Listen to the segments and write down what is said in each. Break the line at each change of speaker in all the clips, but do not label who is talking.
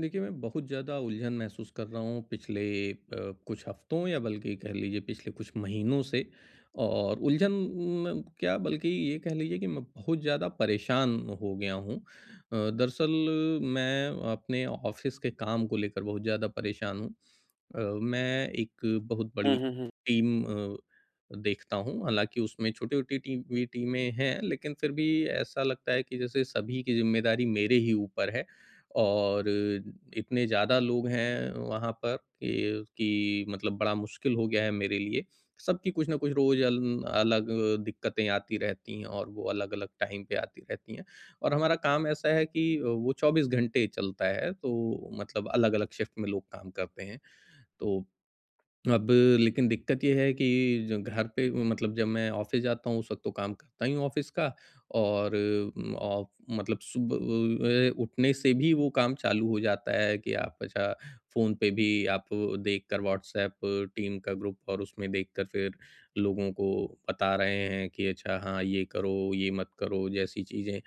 देखिए, मैं बहुत ज़्यादा उलझन महसूस कर रहा हूँ पिछले अ, कुछ हफ्तों या बल्कि कह लीजिए पिछले कुछ महीनों से, और उलझन क्या बल्कि ये कह लीजिए कि मैं बहुत ज़्यादा परेशान हो गया हूँ। दरअसल मैं अपने ऑफ़िस के काम को लेकर बहुत ज़्यादा परेशान हूँ। मैं एक बहुत
हुँ,
बड़ी
हुँ, हुँ।
टीम देखता हूँ, हालाँकि उसमें छोटी-छोटी टी भी टीमें हैं, लेकिन फिर भी ऐसा लगता है कि जैसे सभी की ज़िम्मेदारी मेरे ही ऊपर है। और इतने ज़्यादा लोग हैं वहाँ पर कि मतलब बड़ा मुश्किल हो गया है मेरे लिए। सबकी कुछ न कुछ रोज़ अल अलग दिक्कतें आती रहती हैं, और वो अलग-अलग टाइम पे आती रहती हैं। और हमारा काम ऐसा है कि वो 24 घंटे चलता है, तो मतलब अलग-अलग शिफ्ट में लोग काम करते हैं। तो अब, लेकिन दिक्कत ये है कि ज घर पे मतलब जब मैं ऑफ़िस जाता हूँ, उस वक़्त तो काम करता ही हूँ ऑफ़िस का। और ऑफ मतलब सुबह उठने से भी वो काम चालू हो जाता है कि आप अच्छा फ़ोन पे भी आप देख कर व्हाट्सएप टीम का ग्रुप और उसमें देख कर फिर लोगों को बता रहे हैं कि अच्छा हाँ, ये करो, ये मत करो जैसी चीज़ें।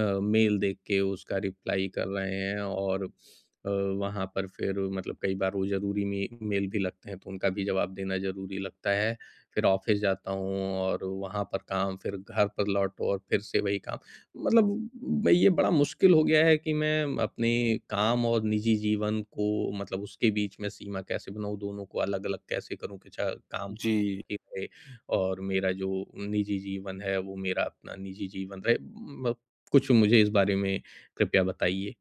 मेल देख के उसका रिप्लाई कर रहे हैं, और अ, वहाँ पर फिर मतलब कई बार वो ज़रूरी मे मेल भी लगते हैं, तो उनका भी जवाब देना ज़रूरी लगता है। फिर ऑफ़िस जाता हूँ और वहाँ पर काम, फिर घर पर लौटो और फिर से वही काम। मतलब मैं, ये बड़ा मुश्किल हो गया है कि मैं अपने काम और निजी जीवन को मतलब उसके बीच में सीमा कैसे बनाऊँ, दोनों को अलग-अलग कैसे करूँ कि चा काम
जी।
ही रहे और मेरा जो निजी जीवन है, वो मेरा अपना निजी जीवन रहे। म कुछ मुझे इस बारे में कृपया बताइए।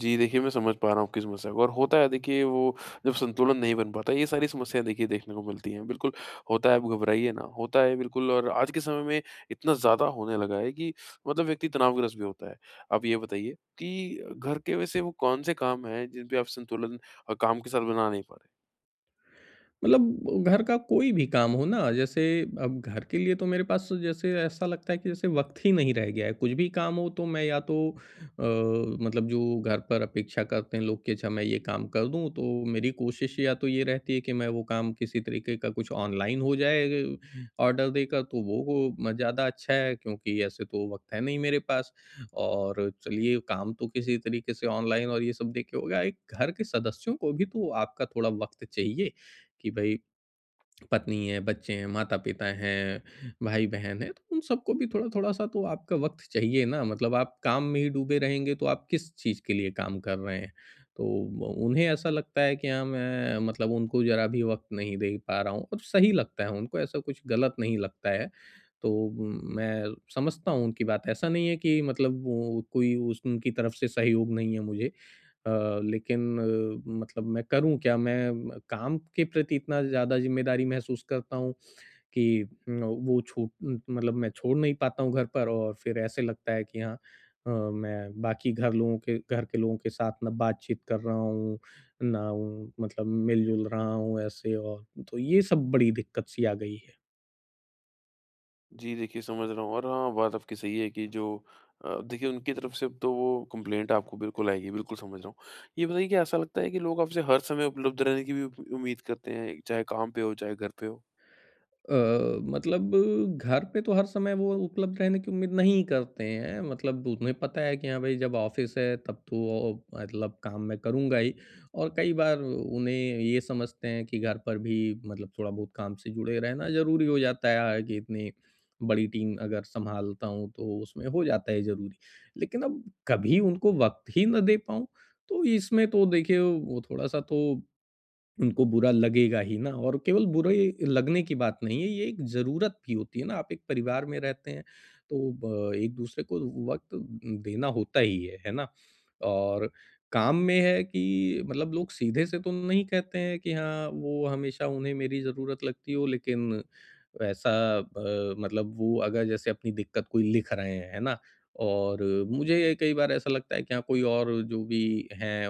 जी, देखिए मैं समझ पा रहा हूँ किस समस्या को और होता है देखिए वो जब संतुलन नहीं बन पाता ये सारी समस्याएँ देखिए देखने को मिलती हैं। बिल्कुल होता है, आप घबराइए ना, होता है बिल्कुल और आज के समय में इतना ज़्यादा होने लगा है कि मतलब व्यक्ति तनावग्रस्त भी होता है। आप ये बताइए कि घर के वैसे वो कौन से काम हैं जिन पे आप संतुलन काम के साथ बना नहीं पा
मतलब घर का कोई भी काम हो ना, जैसे अब घर के लिए तो मेरे पास तो जैसे ऐसा लगता है कि जैसे वक्त ही नहीं रह गया है, कुछ भी काम हो तो मैं या तो अ, मतलब जो घर पर अपेक्षा करते हैं लोग कि अच्छा मैं ये काम कर दूं, तो मेरी कोशिश या तो ये रहती है कि मैं वो काम किसी तरीके का कुछ ऑनलाइन हो जाए ऑर्डर देकर, तो वो ज़्यादा अच्छा है क्योंकि ऐसे तो वक्त है नहीं मेरे पास। और चलिए काम तो किसी तरीके से ऑनलाइन और ये सब देख के हो गया, एक घर के सदस्यों को भी तो आपका थोड़ा वक्त चाहिए कि भई पत्नी है, बच्चे हैं, माता-पिता हैं, भाई-बहन हैं, तो उन सबको भी थोड़ा-थोड़ा सा तो आपका वक़्त चाहिए ना। मतलब आप काम में ही डूबे रहेंगे तो आप किस चीज़ के लिए काम कर रहे हैं? तो ब उन्हें ऐसा लगता है कि हाँ, मैं मतलब उनको ज़रा भी वक़्त नहीं दे पा रहा हूँ, और सही लगता है उनको, ऐसा कुछ गलत नहीं लगता है। तो मैं समझता हूँ उनकी बात, ऐसा नहीं है कि मतलब वो कोई उस उनकी तरफ से सहयोग नहीं है मुझे। अ, लेकिन मतलब मैं करूँ क्या? मैं काम के प्रति इतना ज़्यादा ज़िम्मेदारी महसूस करता हूँ कि वो छूट मतलब मैं छोड़ नहीं पाता हूँ घर पर, और फिर ऐसे लगता है कि हाँ मैं बाकी घर के लोगों के साथ ना बातचीत कर रहा हूँ, ना मतलब मिल-जुल रहा हूँ ऐसे, और तो ये सब बड़ी दिक्कत सी आ गई है।
जी, देखिए समझ रहा हूँ और हाँ, बात आपकी सही है कि जो देखिए उनकी तरफ से तो वो कंप्लेंट आपको बिल्कुल आएगी, बिल्कुल समझ रहा हूँ। ये बताइए कि ऐसा लगता है कि लोग आपसे हर समय उपलब्ध रहने की भी उप उम्मीद करते हैं, चाहे काम पे हो, चाहे घर पे हो?
मतलब घर पे तो हर समय वो उपलब्ध रहने की उम्मीद नहीं करते हैं, मतलब उन्हें पता है कि हाँ भाई, जब ऑफिस है तब तो वो मतलब काम मैं करूँगा ही, और कई बार उन्हें ये समझते हैं कि घर पर भी मतलब थोड़ा बहुत काम से जुड़े रहना ज़रूरी हो जाता है कि इतनी बड़ी टीम अगर संभालता हूँ तो उसमें हो जाता है ज़रूरी। लेकिन अब कभी उनको वक्त ही ना दे पाऊँ, तो इसमें तो देखिए वो थोड़ा सा तो उनको बुरा लगेगा ही ना, और केवल बुरे लगने की बात नहीं है, ये एक ज़रूरत भी होती है ना, आप एक परिवार में रहते हैं, तो ब एक-दूसरे को वक़्त देना होता ही है ना? और काम में है कि मतलब लोग सीधे से तो नहीं कहते हैं कि हाँ, वो हमेशा उन्हें मेरी ज़रूरत लगती हो, लेकिन ऐसा मतलब वो अगर जैसे अपनी दिक्कत कोई लिख रहे हैं, है ना? और मुझे कई बार ऐसा लगता है कि हाँ, कोई और जो भी हैं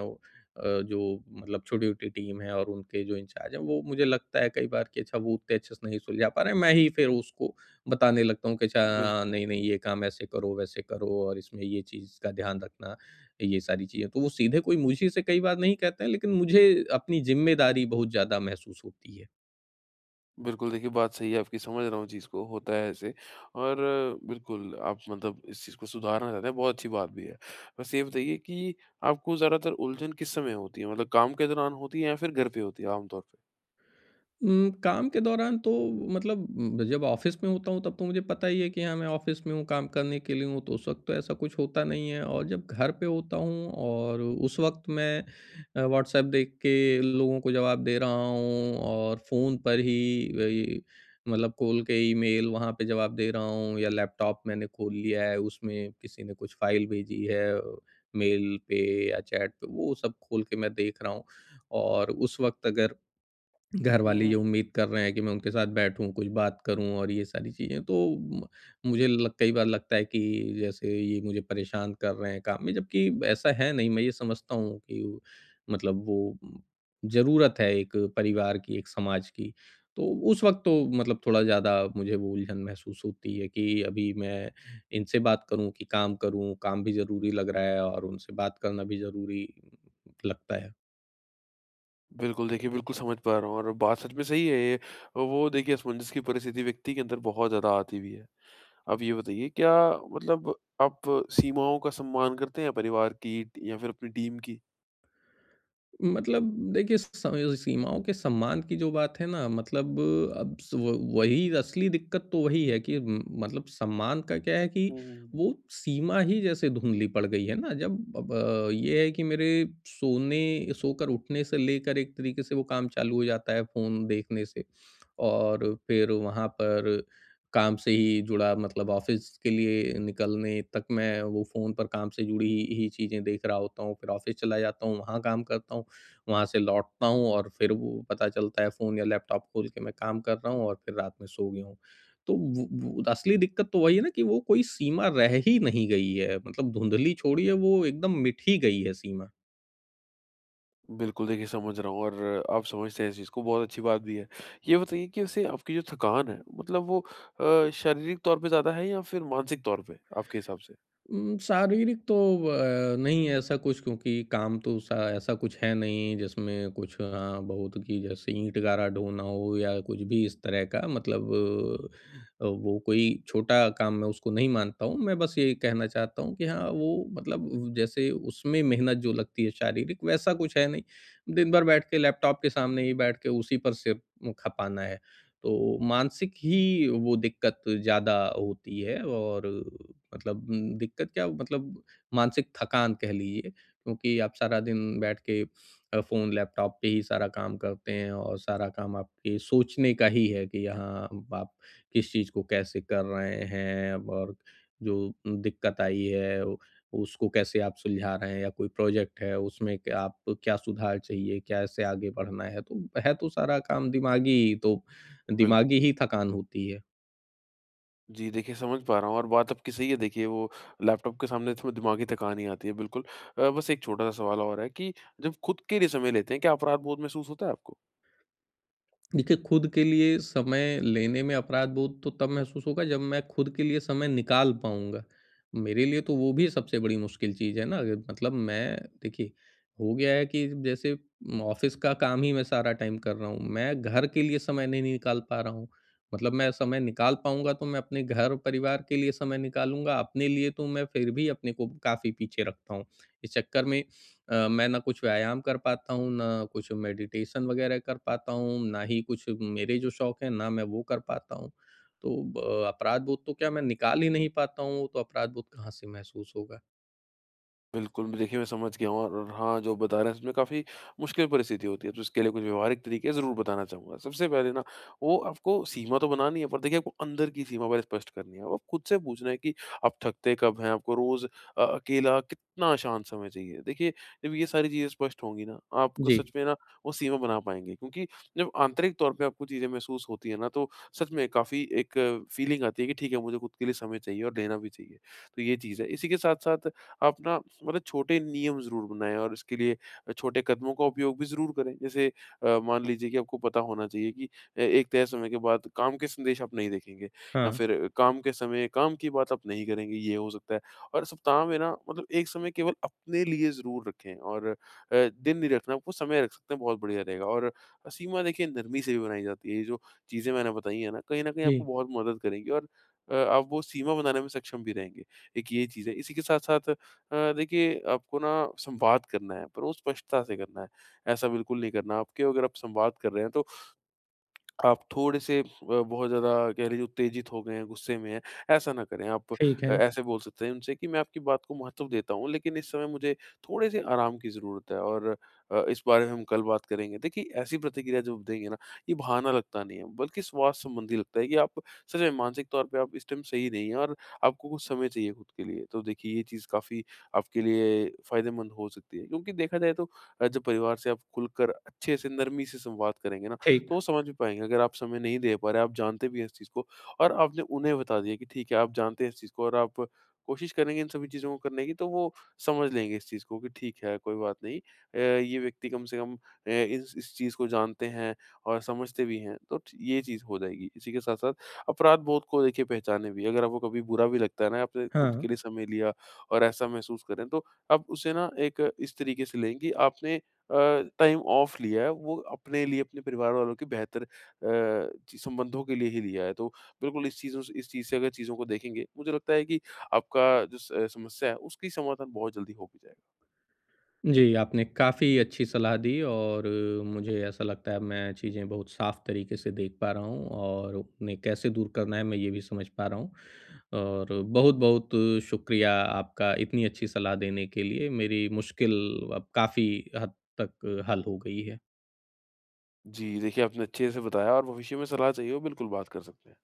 जो मतलब छोटी-छोटी टीम है और उनके जो इंचार्ज हैं, वो मुझे लगता है कई बार कि अच्छा वो उतने अच्छे से नहीं सुलझा पा रहे हैं। मैं ही फिर उसको बताने लगता हूँ कि अच्छा,
बिल
"हाँ, नहीं, नहीं, ये काम ऐसे करो, वैसे करो और इसमें ये चीज़ का ध्यान रखना", ये सारी चीज़ें। तो वो सीधे कोई मुंशी से कई बार नहीं कहते हैं, लेकिन मुझे अपनी ज़िम्मेदारी बहुत ज़्यादा महसूस होती है।
बिल्कुल, देखिए बात सही है आपकी, समझ रहा हूँ चीज़ को, होता है ऐसे और बिल्कुल आप मतलब इस चीज़ को सुधारना चाहते हैं, बहुत अच्छी बात भी है। बस ये बताइए कि आपको ज़्यादातर उलझन किस समय होती है? मतलब काम के दौरान होती है या फिर घर पे होती है आम तौर पे?
काम के दौरान तो मतलब जब ऑफ़िस में होता हूँ तब तो मुझे पता ही है कि हाँ, मैं ऑफ़िस में हूँ, काम करने के लिए हूँ, तो उस वक़्त तो ऐसा कुछ होता नहीं है। और जब घर पे होता हूँ और उस वक़्त मैं व्हाट्सऐप देख के लोगों को जवाब दे रहा हूँ, और फ़ोन पर ही वही मतलब खोल के ईमेल वहाँ पे जवाब दे रहा हूँ, या लैपटॉप मैंने खोल लिया है, उसमें किसी ने कुछ फ़ाइल भेजी है मेल पे या चैट पे, वो सब खोल के मैं देख रहा हूँ। और उस वक़्त अगर
हुँ,
घरवाले ये
हुँ।
उम्मीद कर रहे हैं कि मैं उनके साथ बैठूँ, कुछ बात करूँ, और ये सारी चीज़ें। तो म मुझे लग कई बार लगता है कि जैसे ये मुझे परेशान कर रहे हैं काम में, जबकि ऐसा है नहीं। मैं ये समझता हूँ कि मतलब वो ज़रूरत है एक परिवार की, एक समाज की। तो उस वक़्त तो मतलब थोड़ा ज़्यादा मुझे वो उलझन महसूस होती है कि अभी मैं इनसे बात करूँ कि काम करूँ? काम भी ज़रूरी लग रहा है और उनसे बात करना भी ज़रूरी लगता है।
बिल्कुल, देखिए बिल्कुल समझ पा रहा हूँ और बात सच में सही है ये। वो देखिए असमंजस की परिस्थिति व्यक्ति के अंदर बहुत ज़्यादा आती भी है। आप ये बताइए क्या मतलब आप सीमाओं का सम्मान करते हैं परिवार की या फिर अपनी टीम की?
मतलब देखिए, स सीमाओं के सम्मान की जो बात है ना, मतलब अब स व वही असली दिक्कत तो वही है कि म मतलब सम्मान का क्या है कि
हुँ।
वो सीमा ही जैसे धुँधली पड़ गई है ना। जब अब ये है कि मेरे सोने सोकर उठने से लेकर एक तरीके से वो काम चालू हो जाता है फ़ोन देखने से। और फिर वहाँ पर काम से ही जुड़ा, मतलब ऑफ़िस के लिए निकलने तक मैं वो फ़ोन पर काम से जुड़ी ही चीज़ें देख रहा होता हूँ, फिर ऑफ़िस चला जाता हूँ, वहाँ काम करता हूँ, वहाँ से लौटता हूँ, और फिर वो पता चलता है फ़ोन या लैपटॉप खोल के मैं काम कर रहा हूँ, और फिर रात में सो गया हूँ। तो वो असली दिक्कत तो वही है ना कि वो कोई सीमा रह ही नहीं गई है, मतलब धुंधली छोड़िए, वो एकदम मिट ही गई है सीमा।
बिल्कुल देखिए समझ रहा हूँ और आप समझते हैं इस चीज़ को बहुत अच्छी बात भी है। ये बताइए कि वैसे आपकी जो थकान है मतलब वो शारीरिक तौर पे ज़्यादा है या फिर मानसिक तौर पे आपके हिसाब से?
शारीरिक तो नहीं ऐसा कुछ, क्योंकि काम तो सा ऐसा कुछ है नहीं जिसमें कुछ हाँ, बहुत कि जैसे ईंट गारा ढोना हो या कुछ भी इस तरह का, मतलब वो कोई छोटा काम मैं उसको नहीं मानता हूँ। मैं बस ये कहना चाहता हूँ कि हाँ, वो मतलब जैसे उसमें मेहनत जो लगती है शारीरिक वैसा कुछ है नहीं। दिन भर बैठ के लैपटॉप के सामने ही बैठ के उसी पर सिर खपाना है। तो मानसिक ही वो दिक्कत ज़्यादा होती है, और मतलब दिक्कत क्या मतलब मानसिक थकान कह लीजिए, क्योंकि आप सारा दिन बैठ के फ़ोन, लैपटॉप पे ही सारा काम करते हैं, और सारा काम आपके सोचने का ही है कि यहाँ आप किस चीज़ को कैसे कर रहे हैं, और जो दिक्कत आई है उसको कैसे आप सुलझा रहे हैं, या कोई प्रोजेक्ट है उसमें क्या आप क्या सुधार चाहिए, कैसे आगे बढ़ना है तो सारा काम दिमागी, तो
बिल्कुल।
दिमागी ही थकान होती है।
जी, देखिए समझ पा रहा हूँ और बात आपकी सही है देखिए वो लैपटॉप के सामने तो दिमागी थकान ही आती है बिल्कुल। बस एक छोटा-सा सवाल और है कि जब खुद के लिए समय लेते हैं, क्या अपराध बोध महसूस होता है आपको?
देखिए, खुद के लिए समय लेने में अपराध-बोध तो तब महसूस होगा जब मैं खुद के लिए समय निकाल पाऊँगा। मेरे लिए तो वो भी सबसे बड़ी मुश्किल चीज़ है ना, मतलब मैं देखिए, हो गया है कि जैसे ऑफ़िस का काम ही मैं सारा टाइम कर रहा हूँ। मैं घर के लिए समय नहीं निकाल पा रहा हूँ। मतलब मैं समय निकाल पाऊँगा तो मैं अपने घर-परिवार के लिए समय निकालूँगा, अपने लिए तो मैं फिर भी अपने को काफ़ी पीछे रखता हूँ। इस चक्कर में मैं ना कुछ व्यायाम कर पाता हूँ, ना कुछ मेडिटेशन वगैरह कर पाता हूँ, ना ही कुछ मेरे जो शौक हैं, ना मैं वो कर पाता हूँ। तो ब अपराध बोध तो क्या मैं निकाल ही नहीं पाता हूँ, तो अपराध बोध कहाँ से महसूस होगा?
बिल्कुल, देखिए मैं समझ गया हूँ और हाँ, जो बता रहे हैं सच में काफ़ी मुश्किल परिस्थिति होती है, तो इसके लिए कुछ व्यवहारिक तरीके ज़रूर बताना चाहूँगा। सबसे पहले ना, वो आपको सीमा तो बनानी है, पर देखिए आपको अंदर की सीमा पहले स्पष्ट करनी है। अब आप खुद से पूछना है कि आप थकते कब हैं, आपको रोज़ अकेला कितना शांत समय चाहिए। देखिए, जब ये सारी चीज़ें स्पष्ट होंगी ना, आपको सच
जी,
में ना वो सीमा बना पाएँगे क्योंकि जब आंतरिक तौर पे आपको चीज़ें महसूस होती हैं ना, तो सच में काफ़ी एक फीलिंग आती है कि ठीक है, मुझे खुद के लिए समय चाहिए और लेना भी चाहिए। तो ये चीज़ है। इसी के साथ-साथ आप ना मतलब छोटे नियम ज़रूर बनाएँ और इसके लिए छोटे कदमों का उपयोग भी ज़रूर करें। जैसे मान लीजिए कि आपको पता होना चाहिए कि एक तय समय के बाद काम के संदेश आप नहीं देखेंगे या
हाँ।
फिर काम के समय काम की बात आप नहीं करेंगे, ये हो सकता है। और सप्ताह में ना मतलब एक समय केवल अपने लिए ज़रूर रखें और दिन नहीं रखना, आपको समय रख सकते हैं, बहुत बढ़िया रहेगा। और सीमा देखिए नरमी से भी बनाई जाती है। ये जो चीज़ें मैंने बताई हैं ना, कहीं न कहीं आपको
जी,
बहुत मदद करेंगी और आप वो सीमा बनाने में सक्षम भी रहेंगे। एक ये चीज़ है। इसी के साथ-साथ देखिए आपको ना संवाद करना है पर वो स्पष्टता से करना है। ऐसा बिल्कुल नहीं करना, आपके अगर आप संवाद कर रहे हैं तो आप थोड़े से बहुत ज़्यादा कह लीजिए उत्तेजित हो गए हैं, गुस्से में हैं, ऐसा ना करें। आप
ठीक है।
ऐसे बोल सकते हैं उनसे कि मैं आपकी बात को महत्व देता हूँ, लेकिन इस समय मुझे थोड़े से आराम की ज़रूरत है और इस बारे में हम कल बात करेंगे। देखिए, ऐसी प्रतिक्रिया जब देंगे ना, ये बहाना लगता नहीं है, बल्कि स्वास्थ्य संबंधी लगता है कि आप सच में मानसिक तौर पे आप इस टाइम सही नहीं हैं और आपको कुछ समय चाहिए खुद के लिए। तो देखिए, ये चीज़ काफ़ी आपके लिए फ़ायदेमंद हो सकती है क्योंकि देखा जाए तो जब परिवार से आप खुलकर अच्छे से नरमी से संवाद करेंगे ना, तो वो
ठीक।
समझ भी पाएँगे। अगर आप समय नहीं दे पा रहे, आप जानते भी हैं इस चीज़ को और आपने उन्हें बता दिया कि ठीक है, आप जानते हैं इस चीज़ को और आप कोशिश करेंगे इन सभी चीज़ों को करने की, तो वो समझ लेंगे इस चीज़ को कि ठीक है, कोई बात नहीं ये व्यक्ति कम से कम इस चीज़ को जानते हैं और समझते भी हैं। तो ठ ये चीज़ हो जाएगी। इसी के साथ-साथ अपराधबोध को देखिए पहचानें भी। अगर आपको कभी बुरा भी लगता है ना, आपने खुद
हाँ।
के लिए समय लिया और ऐसा महसूस करें, तो आप उसे ना एक इस तरीके से लें कि आपने अ, टाइम ऑफ लिया है, वो अपने लिए, अपने परिवार वालों के बेहतर चि संबंधों के लिए ही लिया है। तो बिल्कुल इस चीज़ से अगर चीज़ों को देखेंगे, मुझे लगता है कि आपका जो समस्या है, उसकी समाधान बहुत जल्दी हो भी जाएगा।
जी, आपने काफ़ी अच्छी सलाह दी, और मुझे ऐसा लगता है मैं चीज़ें बहुत साफ़ तरीके से देख पा रहा हूँ और उन्हें कैसे दूर करना है मैं ये भी समझ पा रहा हूँ। और बहुत-बहुत शुक्रिया आपका इतनी अच्छी सलाह देने के लिए, मेरी मुश्किल अब काफ़ी हद तक हल हो गई है।
जी, देखिए आपने अच्छे से बताया और भविष्य में सलाह चाहिए हो, बिल्कुल बात कर सकते हैं।